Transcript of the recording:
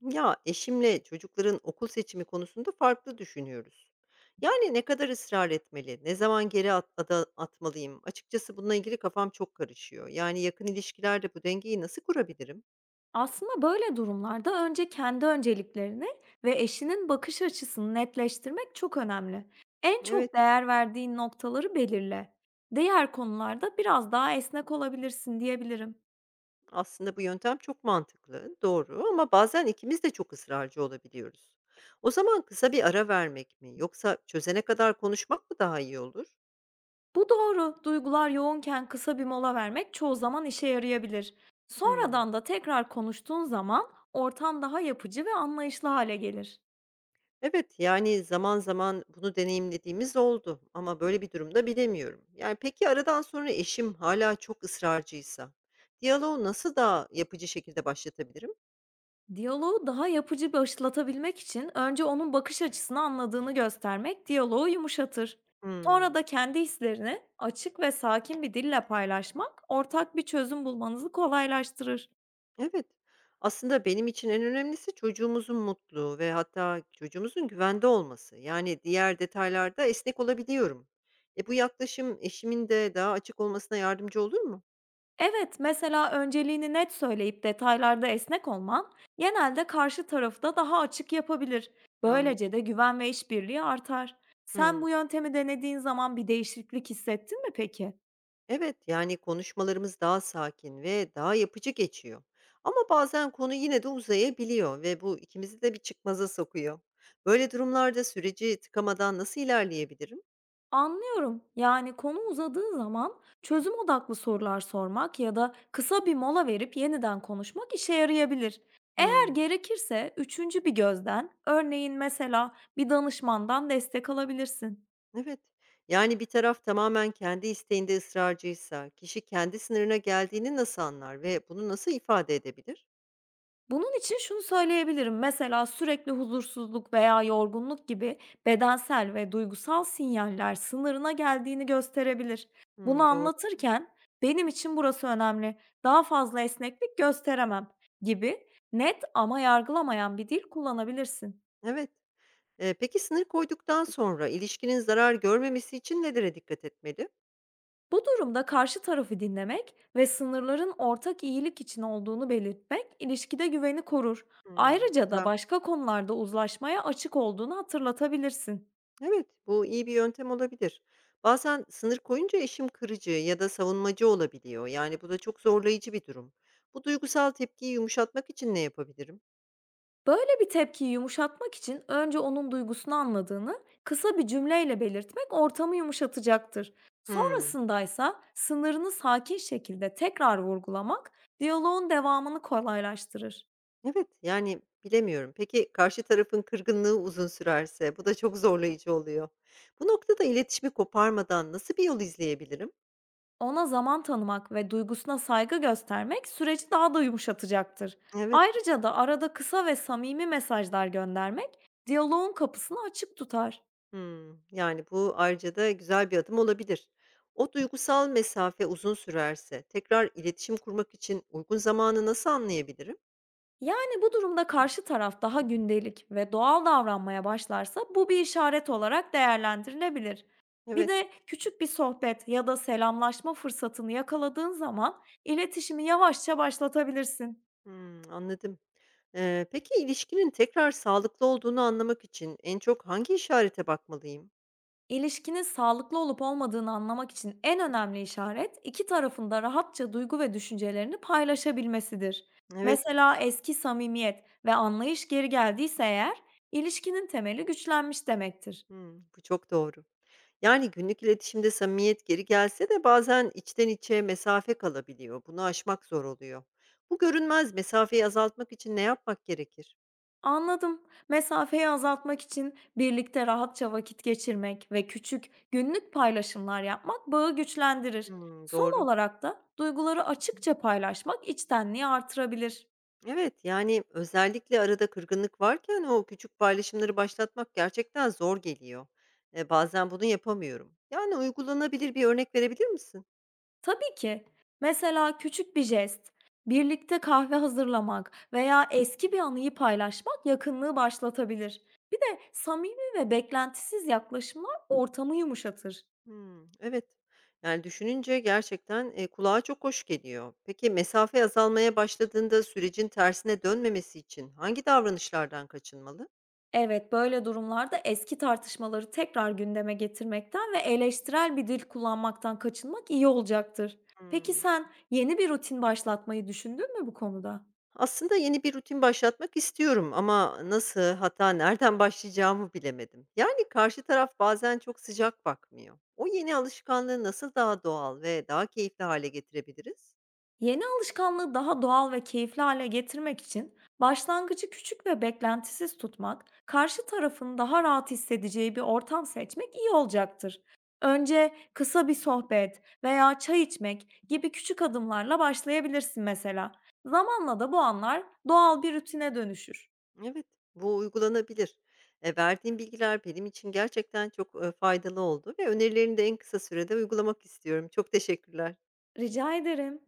Ya eşimle çocukların okul seçimi konusunda farklı düşünüyoruz. Yani ne kadar ısrar etmeli, ne zaman geri at, atmalıyım? Açıkçası bununla ilgili kafam çok karışıyor. Yani yakın ilişkilerde bu dengeyi nasıl kurabilirim? Aslında böyle durumlarda önce kendi önceliklerini ve eşinin bakış açısını netleştirmek çok önemli. En Evet, çok değer verdiğin noktaları belirle. Diğer konularda biraz daha esnek olabilirsin diyebilirim. aslında bu yöntem çok mantıklı, doğru ama bazen ikimiz de çok ısrarcı olabiliyoruz. O zaman kısa bir ara vermek mi, yoksa çözene kadar konuşmak mı daha iyi olur? Bu doğru. Duygular yoğunken kısa bir mola vermek çoğu zaman işe yarayabilir. Hmm. Sonradan da tekrar konuştuğun zaman ortam daha yapıcı ve anlayışlı hale gelir. Evet, yani zaman zaman bunu deneyimlediğimiz oldu ama böyle bir durumda bilemiyorum. Yani peki aradan sonra eşim hala çok ısrarcıysa diyaloğu nasıl daha yapıcı şekilde başlatabilirim? Diyaloğu daha yapıcı başlatabilmek için önce onun bakış açısını anladığını göstermek diyaloğu yumuşatır. Sonra Hımm. da kendi hislerini açık ve sakin bir dille paylaşmak ortak bir çözüm bulmanızı kolaylaştırır. Evet, aslında benim için en önemlisi çocuğumuzun mutlu ve hatta çocuğumuzun güvende olması. Yani diğer detaylarda esnek olabiliyorum. Bu yaklaşım eşimin de daha açık olmasına yardımcı olur mu? Evet, mesela önceliğini net söyleyip detaylarda esnek olman genelde karşı tarafı da daha açık yapabilir. Yani. Böylece de güven ve işbirliği artar. Sen Hımm. bu yöntemi denediğin zaman bir değişiklik hissettin mi peki? Evet, yani konuşmalarımız daha sakin ve daha yapıcı geçiyor. Ama bazen konu yine de uzayabiliyor ve bu ikimizi de bir çıkmaza sokuyor. Böyle durumlarda süreci tıkamadan nasıl ilerleyebilirim? Anlıyorum. Yani konu uzadığı zaman çözüm odaklı sorular sormak ya da kısa bir mola verip yeniden konuşmak işe yarayabilir. Eğer Hmm, gerekirse üçüncü bir gözden, örneğin mesela bir danışmandan destek alabilirsin. evet. Yani bir taraf tamamen kendi isteğinde ısrarcıysa, kişi kendi sınırına geldiğini nasıl anlar ve bunu nasıl ifade edebilir? Bunun için şunu söyleyebilirim. Mesela sürekli huzursuzluk veya yorgunluk gibi bedensel ve duygusal sinyaller sınırına geldiğini gösterebilir. Bunu Hmm, doğru. anlatırken benim için burası önemli. Daha fazla esneklik gösteremem gibi net ama yargılamayan bir dil kullanabilirsin. Evet. Peki sınır koyduktan sonra ilişkinin zarar görmemesi için nelere dikkat etmeli? Bu durumda karşı tarafı dinlemek ve sınırların ortak iyilik için olduğunu belirtmek ilişkide güveni korur. Hmm, Ayrıca da güzel. başka konularda uzlaşmaya açık olduğunu hatırlatabilirsin. Evet, bu iyi bir yöntem olabilir. Bazen sınır koyunca eşim kırıcı ya da savunmacı olabiliyor. Yani bu da çok zorlayıcı bir durum. Bu duygusal tepkiyi yumuşatmak için ne yapabilirim? Böyle bir tepkiyi yumuşatmak için önce onun duygusunu anladığını kısa bir cümleyle belirtmek ortamı yumuşatacaktır. Hmm, Sonrasındaysa sınırını sakin şekilde tekrar vurgulamak diyaloğun devamını kolaylaştırır. evet, yani bilemiyorum. Peki karşı tarafın kırgınlığı uzun sürerse, bu da çok zorlayıcı oluyor. Bu noktada iletişimi koparmadan nasıl bir yol izleyebilirim? Ona zaman tanımak ve duygusuna saygı göstermek süreci daha da yumuşatacaktır. Evet, Ayrıca da arada kısa ve samimi mesajlar göndermek diyaloğun kapısını açık tutar. hmm, yani bu ayrıca da güzel bir adım olabilir. O duygusal mesafe uzun sürerse, tekrar iletişim kurmak için uygun zamanı nasıl anlayabilirim? Yani, bu durumda karşı taraf daha gündelik ve doğal davranmaya başlarsa bu bir işaret olarak değerlendirilebilir. Bir Evet, de küçük bir sohbet ya da selamlaşma fırsatını yakaladığın zaman iletişimi yavaşça başlatabilirsin. hımm, anladım. Peki ilişkinin tekrar sağlıklı olduğunu anlamak için en çok hangi işarete bakmalıyım? İlişkinin sağlıklı olup olmadığını anlamak için en önemli işaret iki tarafın da rahatça duygu ve düşüncelerini paylaşabilmesidir. Evet, Mesela eski samimiyet ve anlayış geri geldiyse eğer ilişkinin temeli güçlenmiş demektir. hımm, bu çok doğru. Yani günlük iletişimde samimiyet geri gelse de bazen içten içe mesafe kalabiliyor. Bunu aşmak zor oluyor. Bu görünmez mesafeyi azaltmak için ne yapmak gerekir? Anladım. Mesafeyi azaltmak için birlikte rahatça vakit geçirmek ve küçük günlük paylaşımlar yapmak bağı güçlendirir. Hımm, Son doğru. olarak da duyguları açıkça paylaşmak içtenliği artırabilir. Evet, yani özellikle arada kırgınlık varken o küçük paylaşımları başlatmak gerçekten zor geliyor. Bazen bunu yapamıyorum. Yani uygulanabilir bir örnek verebilir misin? Tabii ki. Mesela küçük bir jest, birlikte kahve hazırlamak veya eski bir anıyı paylaşmak yakınlığı başlatabilir. Bir de samimi ve beklentisiz yaklaşımlar ortamı yumuşatır. Hmm, evet. Yani düşününce gerçekten kulağa çok hoş geliyor. Peki mesafe azalmaya başladığında sürecin tersine dönmemesi için hangi davranışlardan kaçınmalı? Evet, böyle durumlarda eski tartışmaları tekrar gündeme getirmekten ve eleştirel bir dil kullanmaktan kaçınmak iyi olacaktır. Peki Hmm. sen yeni bir rutin başlatmayı düşündün mü bu konuda? Aslında yeni bir rutin başlatmak istiyorum ama nasıl, hatta nereden başlayacağımı bilemedim. Yani karşı taraf bazen çok sıcak bakmıyor. O yeni alışkanlığı nasıl daha doğal ve daha keyifli hale getirebiliriz? Yeni alışkanlığı daha doğal ve keyifli hale getirmek için başlangıcı küçük ve beklentisiz tutmak, karşı tarafın daha rahat hissedeceği bir ortam seçmek iyi olacaktır. Önce kısa bir sohbet veya çay içmek gibi küçük adımlarla başlayabilirsin mesela. Zamanla da bu anlar doğal bir rutine dönüşür. Evet, bu uygulanabilir. Verdiğin bilgiler benim için gerçekten çok faydalı oldu ve önerilerini de en kısa sürede uygulamak istiyorum. Çok teşekkürler. Rica ederim.